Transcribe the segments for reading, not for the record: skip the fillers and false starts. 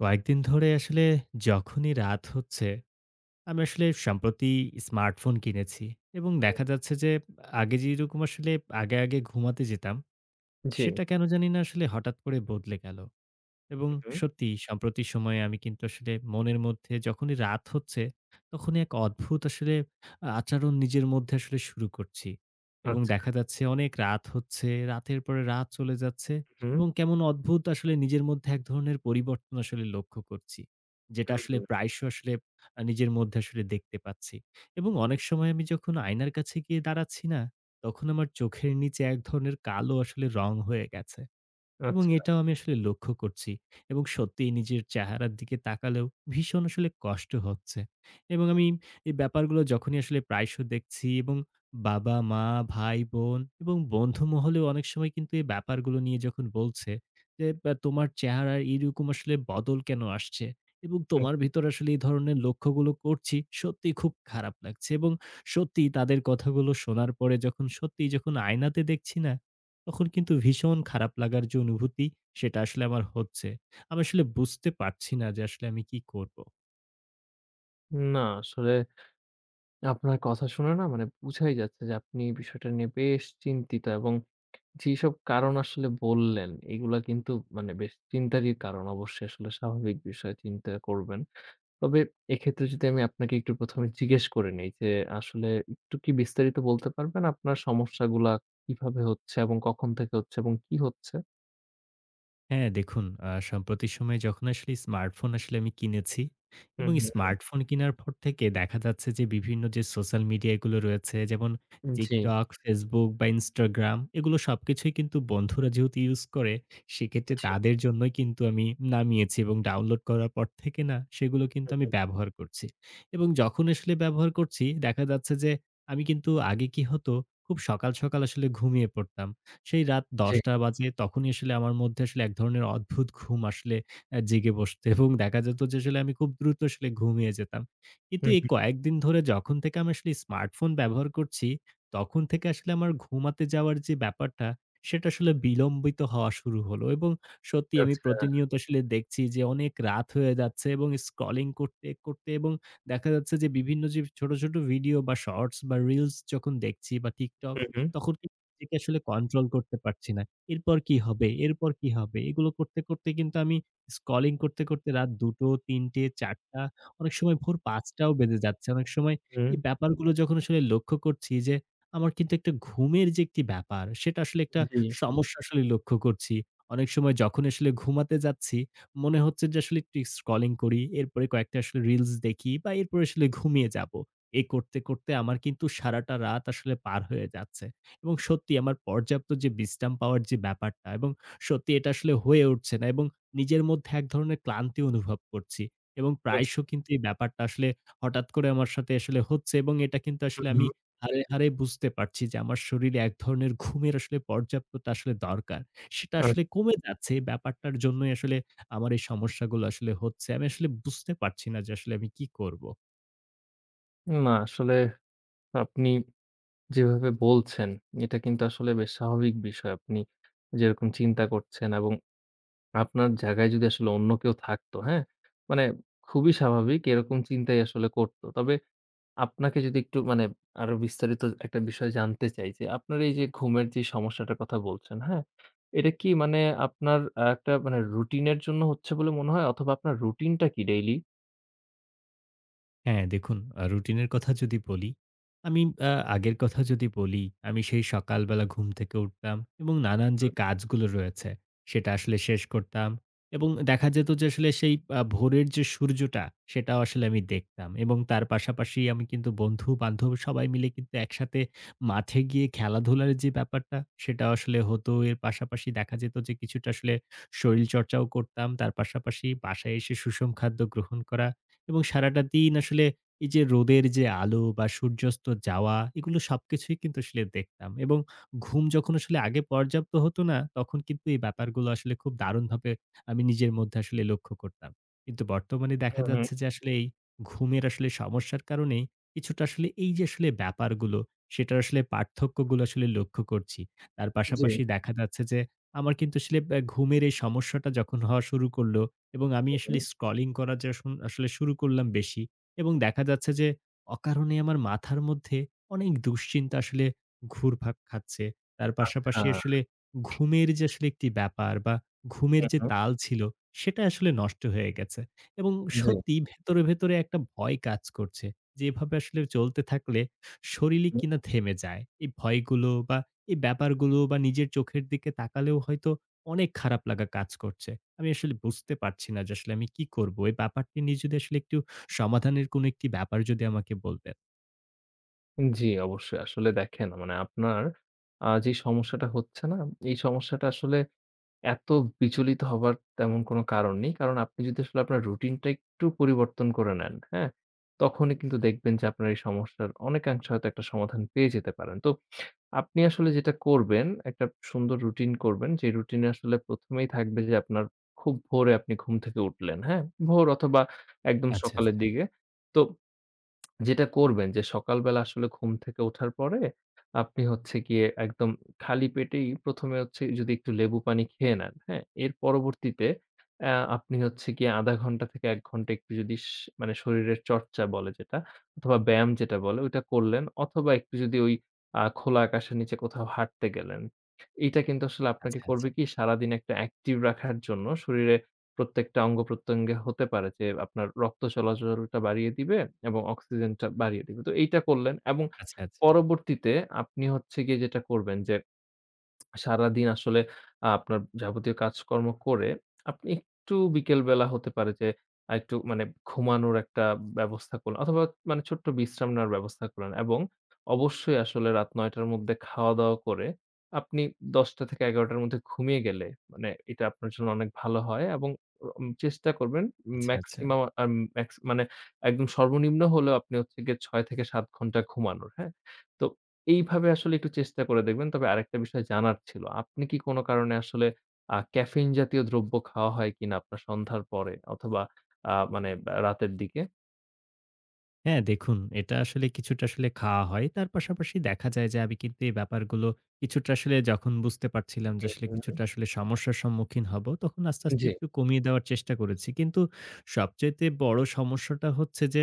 কয়েকদিন ধরে আসলে যখনই রাত হচ্ছে, আমি আসলে সম্প্রতি স্মার্টফোন কিনেছি এবং হুম, দেখা যাচ্ছে যে আগে যেরকম আসলে আগে ঘুমাতে যেতাম, জি। সেটা কেন জানি না আসলে হঠাৎ করে বদলে গেল। এবং হু, হু। সত্যি সাম্প্রতিক সময়ে আমি কিন্তু আসলে মনের মধ্যে যখনই রাত হচ্ছে, তখনই এক অদ্ভুত আসলে আচরণ নিজের মধ্যে আসলে শুরু করছি। এবং আচ্ছা, দেখা যাচ্ছে অনেক রাত হচ্ছে, রাতের পরে রাত চলে যাচ্ছে হুম, এবং কেমন অদ্ভুত আসলে নিজের মধ্যে এক ধরনের পরিবর্তন আসলে লক্ষ্য করছি। যেটা আসলে হুম, প্রায়শই আসলে নিজের মধ্যে আসলে দেখতে পাচ্ছি। এবং অনেক সময় আমি যখন আয়নার কাছে গিয়ে দাঁড়াচ্ছি না, তখন আমার চোখের নিচে এক ধরনের কালো আসলে রং হয়ে গেছে। এবং আচ্ছা। এটাও আমি আসলে লক্ষ্য করছি এবং সত্যিই নিজের চেহারার দিকে তাকালেও ভীষণ আসলে কষ্ট হচ্ছে। এবং আমি এই ব্যাপারগুলো যখনই আসলে প্রায়শ দেখছি এবং বাবা, মা, ভাই, বোন এবং বন্ধু মহলেও অনেক সময় কিন্তু এই ব্যাপারগুলো নিয়ে যখন বলছে যে, তোমার চেহারার এইরকম আসলে বদল কেন আসছে? এবং তোমার হুম, ভিতরে আসলে এই ধরনের লক্ষ্যগুলো করছি, সত্যিই খুব খারাপ লাগছে।" এবং সত্যিই তাদের কথাগুলো শোনার পরে যখন সত্যিই যখন আয়নাতে দেখছি না, তখন কিন্তু ভীষণ খারাপ লাগার যে অনুভূতি সেটা আসলে আমার হচ্ছে। আমি আসলে বুঝতে পারছি না যে আসলে আমি কি করব? না আসলে আপনার কথা শুনে না মানে বুঝাই যাচ্ছে যে আপনি বিষয়টা নিয়ে বেশ চিন্তিত এবং যেসব কারণ আসলে বললেন এগুলা কিন্তু মানে বেশ চিন্তারই কারণ। অবশ্যই আসলে স্বাভাবিক বিষয় চিন্তা করবেন। তবে এক্ষেত্রে যদি আমি আপনাকে একটু ১ম এ জিজ্ঞেস করে নেই যে আসলে একটু কি বিস্তারিত বলতে পারবেন আপনার সমস্যাগুলা কিভাবে হচ্ছে এবং কখন থেকে হচ্ছে এবং কি হচ্ছে? হ্যাঁ, দেখুন সম্প্রতি সময়ে যখন আসলে স্মার্টফোন আসলে আমি কিনেছি হু, এবং হু। স্মার্টফোন কিনার পর থেকে দেখা যাচ্ছে যে বিভিন্ন যে সোশ্যাল মিডিয়া গুলো রয়েছে, যেমন জি, TikTok, Facebook বা Instagram, এগুলো সবকিছুই কিন্তু বন্ধুরা যেহেতু ইউজ করে, সেক্ষেত্রে জি, তাদের জন্যই কিন্তু আমি নামিয়েছি এবং ডাউনলোড করার পর থেকে না সেগুলো হু, কিন্তু আমি হু। ব্যবহার করছি। এবং যখন আসলে ব্যবহার করছি, দেখা যাচ্ছে যে আমি কিন্তু আগে কি হতো, খুব সকাল, সকাল আসলে ঘুমিয়ে পড়তাম। সেই রাত জি। ১০টা বাজে তখনই আসলে আমার মধ্যে আসলে এক ধরনের অদ্ভুত ঘুম আসলে জেগে বসত এবং দেখা যেত যে আসলে আমি খুব দ্রুত আসলে ঘুমিয়ে যেতাম। কিন্তু হুম। এই হুম। কয়েকদিন ধরে যখন থেকে আমি আসলে স্মার্টফোন ব্যবহার করছি, তখন থেকে আসলে আমার ঘুমাতে যাওয়ার যে ব্যাপারটা, সেটা আসলে বিলম্বিত হওয়া শুরু হলো। এবং সত্যি আমি আচ্ছা। প্রতিনিয়ত আসলে দেখছি যে অনেক রাত হয়ে যাচ্ছে এবং স্ক্রলিং করতে, করতে এবং দেখা যাচ্ছে যে বিভিন্ন যে ছোট, ছোট ভিডিও বা শর্টস বা রিলস যখন দেখছি বা TikTok, হু, হু, তখন নিজেকে আসলে কন্ট্রোল করতে পারছি না। এরপর কি হবে? এরপর কি হবে? এগুলো করতে, করতে কিন্তু আমি স্ক্রলিং করতে, করতে রাত ২টো, ৩টে, ৪টা, অনেক সময় ভোর ৫টাও বেজে যাচ্ছে। অনেক সময় হুম। এই ব্যাপারগুলো যখন আসলে লক্ষ্য করছি যে, আমার কিন্তু একটা ঘুমের যে একটি ব্যাপার, সেটা আসলে একটা জি। সমস্যা আসলে লক্ষ্য করছি। অনেক সময় যখন আসলে ঘুমাতে যাচ্ছি, মনে হচ্ছে যে আসলে একটু স্ক্রলিং করি। এরপরে কয়েকটা আসলে রিলস দেখি বা এরপরে আসলে ঘুমিয়ে যাবো। এই করতে, করতে আমার কিন্তু সারাটা রাত আসলে পার হয়ে যাচ্ছে। এবং সত্যি আমার পর্যাপ্ত যে বিশ্রাম পাওয়ার যে ব্যাপারটা এবং সত্যি এটা আসলে হয়ে উঠছে না এবং নিজের মধ্যে এক ধরনের ক্লান্তি অনুভব করছি এবং আচ্ছা, প্রায়শ কিন্তু এই ব্যাপারটা আসলে হঠাৎ করে আমার সাথে আসলে হচ্ছে। এবং এটা কিন্তু হু, আসলে হু। আমি হাড়ে, হাড়ে বুঝতে পারছি যে আমার শরীরে এক ধরনের ঘুমের আসলে পর্যাপ্ততা আসলে দরকার। সেটা আসলে আচ্ছা। কমে যাচ্ছে। এই ব্যাপারটার জন্যই আসলে আমার এই সমস্যাগুলো আসলে হচ্ছে। আমি আসলে বুঝতে পারছি না যে আসলে আমি কি করব? না আসলে আপনি যেভাবে বলছেন, এটা কিন্তু আসলে বেশ স্বাভাবিক বিষয়। আপনি যেরকম চিন্তা করছেন এবং আপনার জায়গায় যদি আসলে অন্য কেউ থাকতো, হ্যাঁ? মানে খুবই স্বাভাবিক এরকম চিন্তাই আসলে করতো। তবে আপনাকে যদি একটু মানে আরো বিস্তারিত একটা বিষয় জানতে চাই যে, আপনার এই যে ঘুমের যে সমস্যাটার কথা বলছেন, হ্যাঁ? এটা কি মানে আপনার একটা মানে রুটিন এর জন্য হচ্ছে বলে মনে হয়? অথবা আপনার রুটিনটা কি ডেইলি? হ্যাঁ, দেখুন রুটিনের কথা যদি বলি, আমি আগের কথা যদি বলি, আমি সেই সকালবেলা ঘুম থেকে উঠতাম এবং নানান যে হুম। কাজগুলো রয়েছে, সেটা আসলে শেষ করতাম এবং দেখা যেত যে আসলে সেই ভোরের যে সূর্যটা, সেটাও আসলে আমি দেখতাম এবং তার পাশাপাশি আমি কিন্তু বন্ধু-বান্ধব সবাই মিলে কিন্তু একসাথে মাঠে গিয়ে খেলাধুলার যে ব্যাপারটা, সেটাও আসলে হতো। এর পাশাপাশি দেখা যেত যে কিছুটা আসলে শরীরচর্চাও করতাম। তার পাশাপাশি বাসায় এসে সুষম খাদ্য গ্রহণ করা এবং সারাটা দিন আসলে এই যে রোদের যে আলো বা সূর্যাস্ত যাওয়া এগুলো সবকিছুই কিন্তু আসলে দেখতাম এবং ঘুম যখন আসলে আগে পর্যাপ্ত হতো না তখন কিন্তু এই ব্যাপারগুলো আসলে খুব দারুণভাবে আমি নিজের মধ্যে আসলে লক্ষ্য করতাম। কিন্তু বর্তমানে দেখা হুম, হুম। যাচ্ছে যে আসলে এই ঘুমের আসলে সমস্যার কারণেই কিছুটা আসলে এই যে আসলে ব্যাপারগুলো সেটার আসলে পার্থক্যগুলো আসলে লক্ষ্য করছি। তার জি। পাশাপাশি দেখা যাচ্ছে যে আমার কিন্তু আসলে ঘুমের এই সমস্যাটা যখন হওয়া শুরু করল এবং আমি হুম, হুম। আসলে স্ক্রলিং করা যে আসুন আসলে শুরু করলাম বেশি এবং দেখা যাচ্ছে যে অকারণে আমার মাথার মধ্যে অনেক দুশ্চিন্তা আসলে ঘুরপাক খাচ্ছে। তার আচ্ছা। পাশাপাশি আসলে ঘুমের যে আসলে একটি ব্যাপার বা ঘুমের হুম, যে হুম। তাল ছিল সেটা আসলে নষ্ট হয়ে গেছে। এবং জি, সত্যি ভেতরে, ভেতরে একটা ভয় কাজ করছে যে এভাবে আসলে চলতে থাকলে শরীরই হুম। কিনা থেমে যায়। এই ভয়গুলো বা এই ব্যাপারগুলো বা নিজের চোখের দিকে তাকালেও হয়তো অনেক খারাপ লাগা কাজ করছে। আমি আসলে বুঝতে পারছি না যে আসলে আমি কি করব? এই ব্যাপারটি নিয়ে যদি আসলে একটু সমাধানের কোনো একটি ব্যাপার যদি আমাকে বলতেন। জি, অবশ্যই। আসলে দেখেন মানে আপনার যে সমস্যাটা হচ্ছে না, এই সমস্যাটা আসলে এত বিচলিত হবার তেমন কোনো কারণ নেই। কারণ আপনি যদি আসলে আপনার রুটিনটা একটু পরিবর্তন করে নেন, হ্যাঁ? তখনই কিন্তু দেখবেন যে আপনার এই সমস্যার অনেকাংশে হয়তো একটা সমাধান পেয়ে যেতে পারেন। তো আপনি আসলে যেটা করবেন, একটা সুন্দর রুটিন করবেন। যে রুটিনে আসলে ১ম এই থাকবে যে আপনার খুব ভোরে আপনি ঘুম থেকে উঠলেন, হ্যাঁ? ভোর অথবা একদম হুম। আচ্ছা, সকালের আচ্ছা, দিকে। তো যেটা করবেন যে সকালবেলা আসলে ঘুম থেকে ওঠার পরে আপনি হচ্ছে গিয়ে একদম খালি পেটেই ১ম এ হচ্ছে যদি একটু লেবু পানি খেয়ে নেন, হ্যাঁ? এর পরবর্তীতে আপনি হচ্ছে গিয়ে ০.৫ ঘন্টা থেকে ১ ঘন্টা একটু যদি মানে শরীরের চর্চা বলে যেটা অথবা ব্যায়াম যেটা বলে ওইটা করলেন অথবা একটু যদি ওই খোলা আকাশের নিচে কোথাও হাঁটতে গেলেন। এইটা কিন্তু আসলে আপনাকে আচ্ছা, আচ্ছা, আচ্ছা, করবে কি সারাদিন একটা অ্যাক্টিভ রাখার জন্য শরীরে প্রত্যেকটা অঙ্গপ্রত্যঙ্গে হতে পারে যে আপনার রক্ত চলাচলটা বাড়িয়ে দিবে এবং অক্সিজেনটা বাড়িয়ে দিবে। তো এইটা করলেন এবং আচ্ছা, পরবর্তীতে আপনি হচ্ছে গিয়ে যেটা করবেন যে সারাদিন আসলে আপনার যাবতীয় কাজকর্ম করে আপনি একটু বিকেলবেলা হতে পারে যে একটু মানে ঘুমানোর একটা ব্যবস্থা করলেন অথবা মানে ছোট্ট বিশ্রাম নেওয়ার ব্যবস্থা করলেন এবং অবশ্যই আসলে রাত ৯:০০ র মধ্যে খাওয়া-দাওয়া করে আপনি ১০:০০-১১:০০ র মধ্যে ঘুমিয়ে গেলে মানে এটা আপনার জন্য অনেক ভালো হয় এবং চেষ্টা করবেন আচ্ছা। আচ্ছা, মেক্সিমাম আম ম্যাক্স মানে একদম সর্বনিম্ন হলেও আপনি হচ্ছে গিয়ে ৬ থেকে ৭ ঘন্টা ঘুমানোর, হ্যাঁ? তো এইভাবে আসলে একটু চেষ্টা করে দেখবেন। তবে আরেকটা বিষয় জানার ছিল। আপনি কি কোন কারণে আসলে ক্যাফেইন জাতীয় দ্রব্য খাওয়া হয় কিনা আপনার সন্ধ্যার পরে অথবা মানে রাতের দিকে? হ্যাঁ, দেখুন এটা আসলে কিছুটা আসলে খাওয়া হয়। তার পাশাপাশি দেখা যায় যে আমি কিন্তু এই ব্যাপারগুলো কিছুটা আসলে যখন বুঝতে পারছিলাম যে হুম, আসলে হুম, কিছুটা আসলে সমস্যার সম্মুখীন হব, তখন আস্তে, আস্তে জি। একটু কমিয়ে দেওয়ার চেষ্টা করেছি। কিন্তু সবচাইতে বড় সমস্যাটা হচ্ছে যে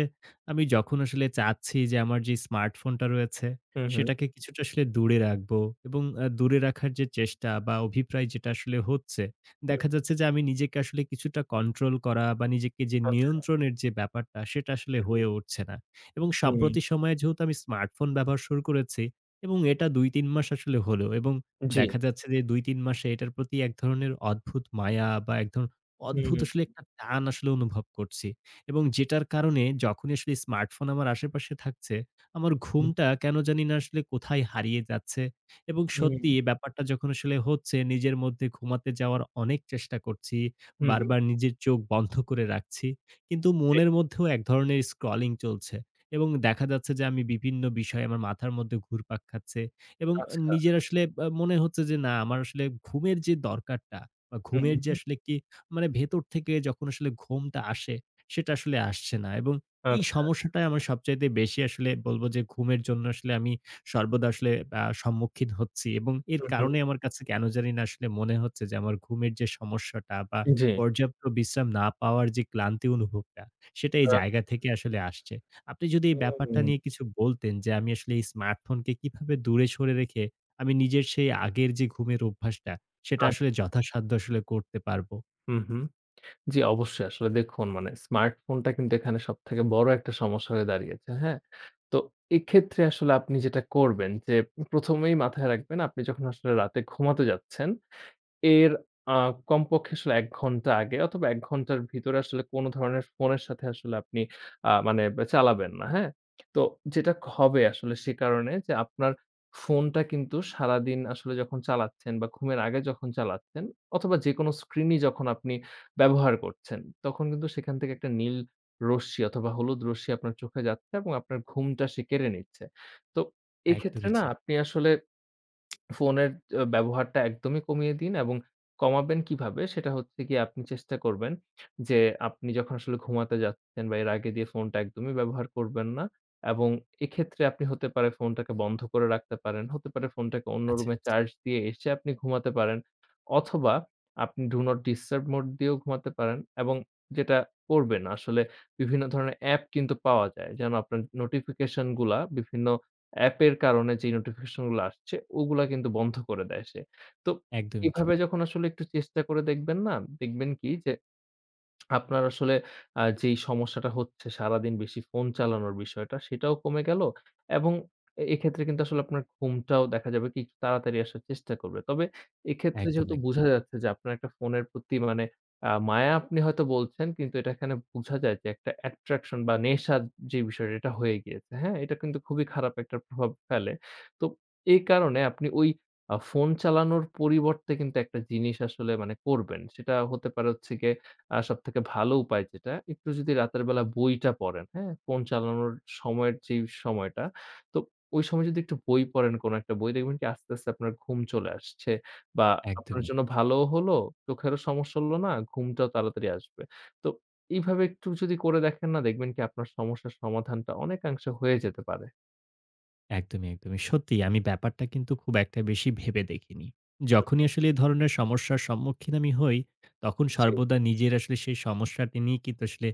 আমি যখন আসলে চাচ্ছি যে আমার যে স্মার্টফোনটা রয়েছে হুম, হুম, সেটাকে কিছুটা আসলে দূরে রাখবো এবং দূরে রাখার যে চেষ্টা বা অভিপ্রায় যেটা আসলে হচ্ছে, হুম, দেখা যাচ্ছে যে আমি নিজেকে আসলে কিছুটা কন্ট্রোল করা বা নিজেকে যে আচ্ছা। নিয়ন্ত্রণের যে ব্যাপারটা সেটা আসলে হুম, হয়ে উঠছে না। এবং হুম, সাম্প্রতিক সময়ে যেহেতু আমি স্মার্টফোন ব্যবহার শুরু করেছি এবং এটা ২-৩ মাস আসলে হলো এবং জি। দেখা যাচ্ছে যে ২-৩ মাসে এটার প্রতি এক ধরনের অদ্ভুত মায়া বা এক ধরনের হুম, হুম, অদ্ভুত আসলে একটা টান আসলে অনুভব করছি। এবং যেটার কারণে যখনই আসলে স্মার্টফোন আমার আশেপাশে থাকছে, আমার ঘুমটা কেন জানি না আসলে কোথায় হারিয়ে যাচ্ছে এবং হুম, সত্যি এই ব্যাপারটা যখন আসলে হচ্ছে নিজের মধ্যে ঘুমাতে যাওয়ার অনেক চেষ্টা করছি। হুম, হুম, বারবার নিজের চোখ বন্ধ করে রাখছি। কিন্তু জি। মনের মধ্যেও এক ধরনের স্ক্রলিং চলছে এবং দেখা যাচ্ছে যে আমি বিভিন্ন বিষয় আমার মাথার মধ্যে ঘুরপাক খাচ্ছে এবং আচ্ছা। নিজের আসলে মনে হচ্ছে যে না আমার আসলে ঘুমের যে দরকারটা বা হুম, ঘুমের যে হুম, আসলে কি মানে ভেতর থেকে যখন আসলে ঘুমটা আসে সেটা আসলে আসছে না। এবং এই আচ্ছা। সমস্যাটাই আমার সবচাইতে বেশি আসলে বলব যে ঘুমের জন্য আসলে আমি সর্বদা আসলে সম্মুখীন হচ্ছি এবং এর হুম, হুম, কারণে আমার কাছে কেন জানি না আসলে মনে হচ্ছে যে আমার ঘুমের যে সমস্যাটা বা জি। পর্যাপ্ত বিশ্রাম না পাওয়ার যে ক্লান্তি অনুভবটা, সেটা এই আ জায়গা থেকে আসলে আসছে। আপনি যদি এই ব্যাপারটা হুম, নিয়ে কিছু বলতেন যে আমি আসলে এই স্মার্টফোনকে কিভাবে দূরে সরে রেখে আমি নিজের সেই আগের যে ঘুমের অভ্যাসটা, সেটা আসলে আচ্ছা। যথাসাধ্য আসলে করতে পারবো। হুম, হুম। জি, অবশ্যই। আসলে দেখুন মানে স্মার্টফোনটা কিন্তু এখানে সবথেকে বড় একটা সমস্যা হয়ে দাঁড়িয়েছে, হ্যাঁ? তো এক্ষেত্রে আসলে আপনি যেটা করবেন যে ১ম এই মাথায় রাখবেন আপনি যখন আসলে রাতে ঘুমাতে যাচ্ছেন, এর আ কমপক্ষে আসলে ১ ঘন্টা আগে অথবা ১ ঘন্টার ভিতরে আসলে কোন ধরনের ফোনের সাথে আসলে আপনি মানে চালাবেন না, হ্যাঁ? তো যেটা হবে আসলে সে কারণে যে আপনার ফোনটা কিন্তু সারাদিন আসলে যখন চালাচ্ছেন বা ঘুমের আগে যখন চালাচ্ছেন অথবা যেকোনো স্ক্রিনই যখন আপনি ব্যবহার করছেন, তখন কিন্তু সেখান থেকে একটা নীল রশ্মি অথবা হলুদ রশ্মি আপনার চোখে যাচ্ছে এবং আপনার ঘুমটা সে কেড়ে নিচ্ছে। তো এক্ষেত্রে একদমই না ঠিক। আপনি আসলে ফোনের ব্যবহারটা একদমই কমিয়ে দিন এবং কমাবেন কিভাবে? সেটা হচ্ছে গিয়ে আপনি চেষ্টা করবেন যে, আপনি যখন আসলে ঘুমাতে যাচ্ছেন বা এর আগে দিয়ে ফোনটা একদমই ব্যবহার করবেন না এবং এক্ষেত্রে আপনি হতে পারে ফোনটাকে বন্ধ করে রাখতে পারেন, হতে পারে ফোনটাকে অন্য আচ্ছা, রুমে আচ্ছা। চার্জ দিয়ে এসে আপনি ঘুমাতে পারেন অথবা আপনি ডু নট ডিস্টার্ব মোড দিয়েও ঘুমাতে পারেন এবং যেটা করবেন আসলে বিভিন্ন ধরনের অ্যাপ কিন্তু পাওয়া যায় যেন আপনার নোটিফিকেশন গুলা বিভিন্ন অ্যাপের কারণে যে নোটিফিকেশন গুলো আসছে, ওগুলা কিন্তু বন্ধ করে দেয় সে। তো একদমই ঠিক। এভাবে যখন আসলে একটু চেষ্টা করে দেখবেন না, দেখবেন কি যে আপনার আসলে যেই সমস্যাটা হচ্ছে সারাদিন বেশি ফোন চালানোর বিষয়টা, সেটাও কমে গেল এবং এক্ষেত্রে কিন্তু আসলে আপনার ঘুমটাও দেখা যাবে কি একটু তাড়াতাড়ি আসার চেষ্টা করবে। তবে এক্ষেত্রে একদম, যেহেতু একদম। বোঝা যাচ্ছে যে আপনার একটা ফোনের প্রতি মানে মায়া আপনি হয়তো বলছেন, কিন্তু এটা এখানে বোঝা যায় যে একটা অ্যাট্রাকশন বা নেশার যে বিষয়টা এটা হয়ে গিয়েছে। হ্যাঁ? এটা কিন্তু খুবই খারাপ একটা প্রভাব ফেলে। তো এই কারণে আপনি ওই ফোন চালানোর পরিবর্তে কিন্তু একটা জিনিস আসলে মানে করবেন। সেটা হতে পারে হচ্ছে গিয়ে আর সবথেকে ভালো উপায় যেটা, একটু যদি রাতের বেলা বইটা পড়েন, হ্যাঁ? ফোন চালানোর সময়ের যেই সময়টা, তো ওই সময় যদি একটু বই পড়েন কোন একটা বই, দেখবেন কি আস্তে, আস্তে আপনার ঘুম চলে আসছে বা আপনার একদমই। জন্য ভালোও হলো, চোখেরও সমস্যা হলো না, ঘুমটাও তাড়াতাড়ি আসবে। তো এইভাবে একটু যদি করে দেখেন না, দেখবেন কি আপনার সমস্যার সমাধানটা অনেকাংশে হয়ে যেতে পারে। একদমই, একদমই। সত্যিই আমি ব্যাপারটা কিন্তু খুব একটা বেশি ভেবে দেখিনি। যখনই হুম, আসলে এ ধরনের সমস্যার সম্মুখীন আমি হই, তখন জি। সর্বদা নিজের আসলে সেই সমস্যাটি নিয়ে কিন্তু আসলে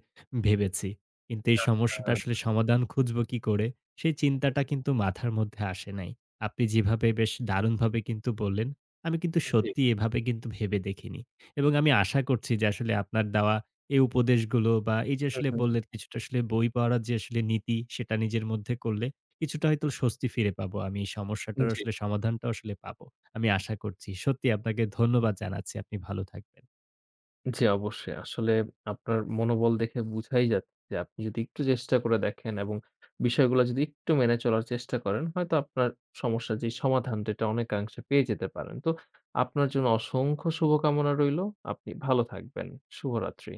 ভেবেছি। কিন্তু এই সমস্যাটা আসলে আচ্ছা। সমাধান খুঁজবো কি করে? সেই চিন্তাটা কিন্তু মাথার মধ্যে আসে নাই। আপনি যেভাবে বেশ দারুণভাবে কিন্তু বললেন, আমি কিন্তু জি। সত্যিই এভাবে কিন্তু ভেবে দেখিনি। এবং আমি আশা করছি যে আসলে আপনার দেওয়া এই উপদেশগুলো বা এই যে হুম, আসলে হুম। বললেন কিছুটা আসলে বই পড়ার যে আসলে নীতি, সেটা নিজের মধ্যে করলে কিছুটা হয়তো স্বস্তি ফিরে পাবো। আমি এই সমস্যাটার জি। আসলে সমাধানটাও আসলে পাবো। আমি আশা করছি। সত্যি আপনাকে ধন্যবাদ জানাচ্ছি। আপনি ভালো থাকবেন। জি, অবশ্যই। আসলে আপনার মনোবল দেখে বুঝাই যাচ্ছে যে আপনি যদি একটু চেষ্টা করে দেখেন এবং বিষয়গুলা যদি একটু মেনে চলার চেষ্টা করেন, হয়তো আপনার সমস্যার যে সমাধানটা এটা অনেকাংশে পেয়ে যেতে পারেন। তো আপনার জন্য অসংখ্য শুভকামনা রইলো। আপনি ভালো থাকবেন। শুভরাত্রি।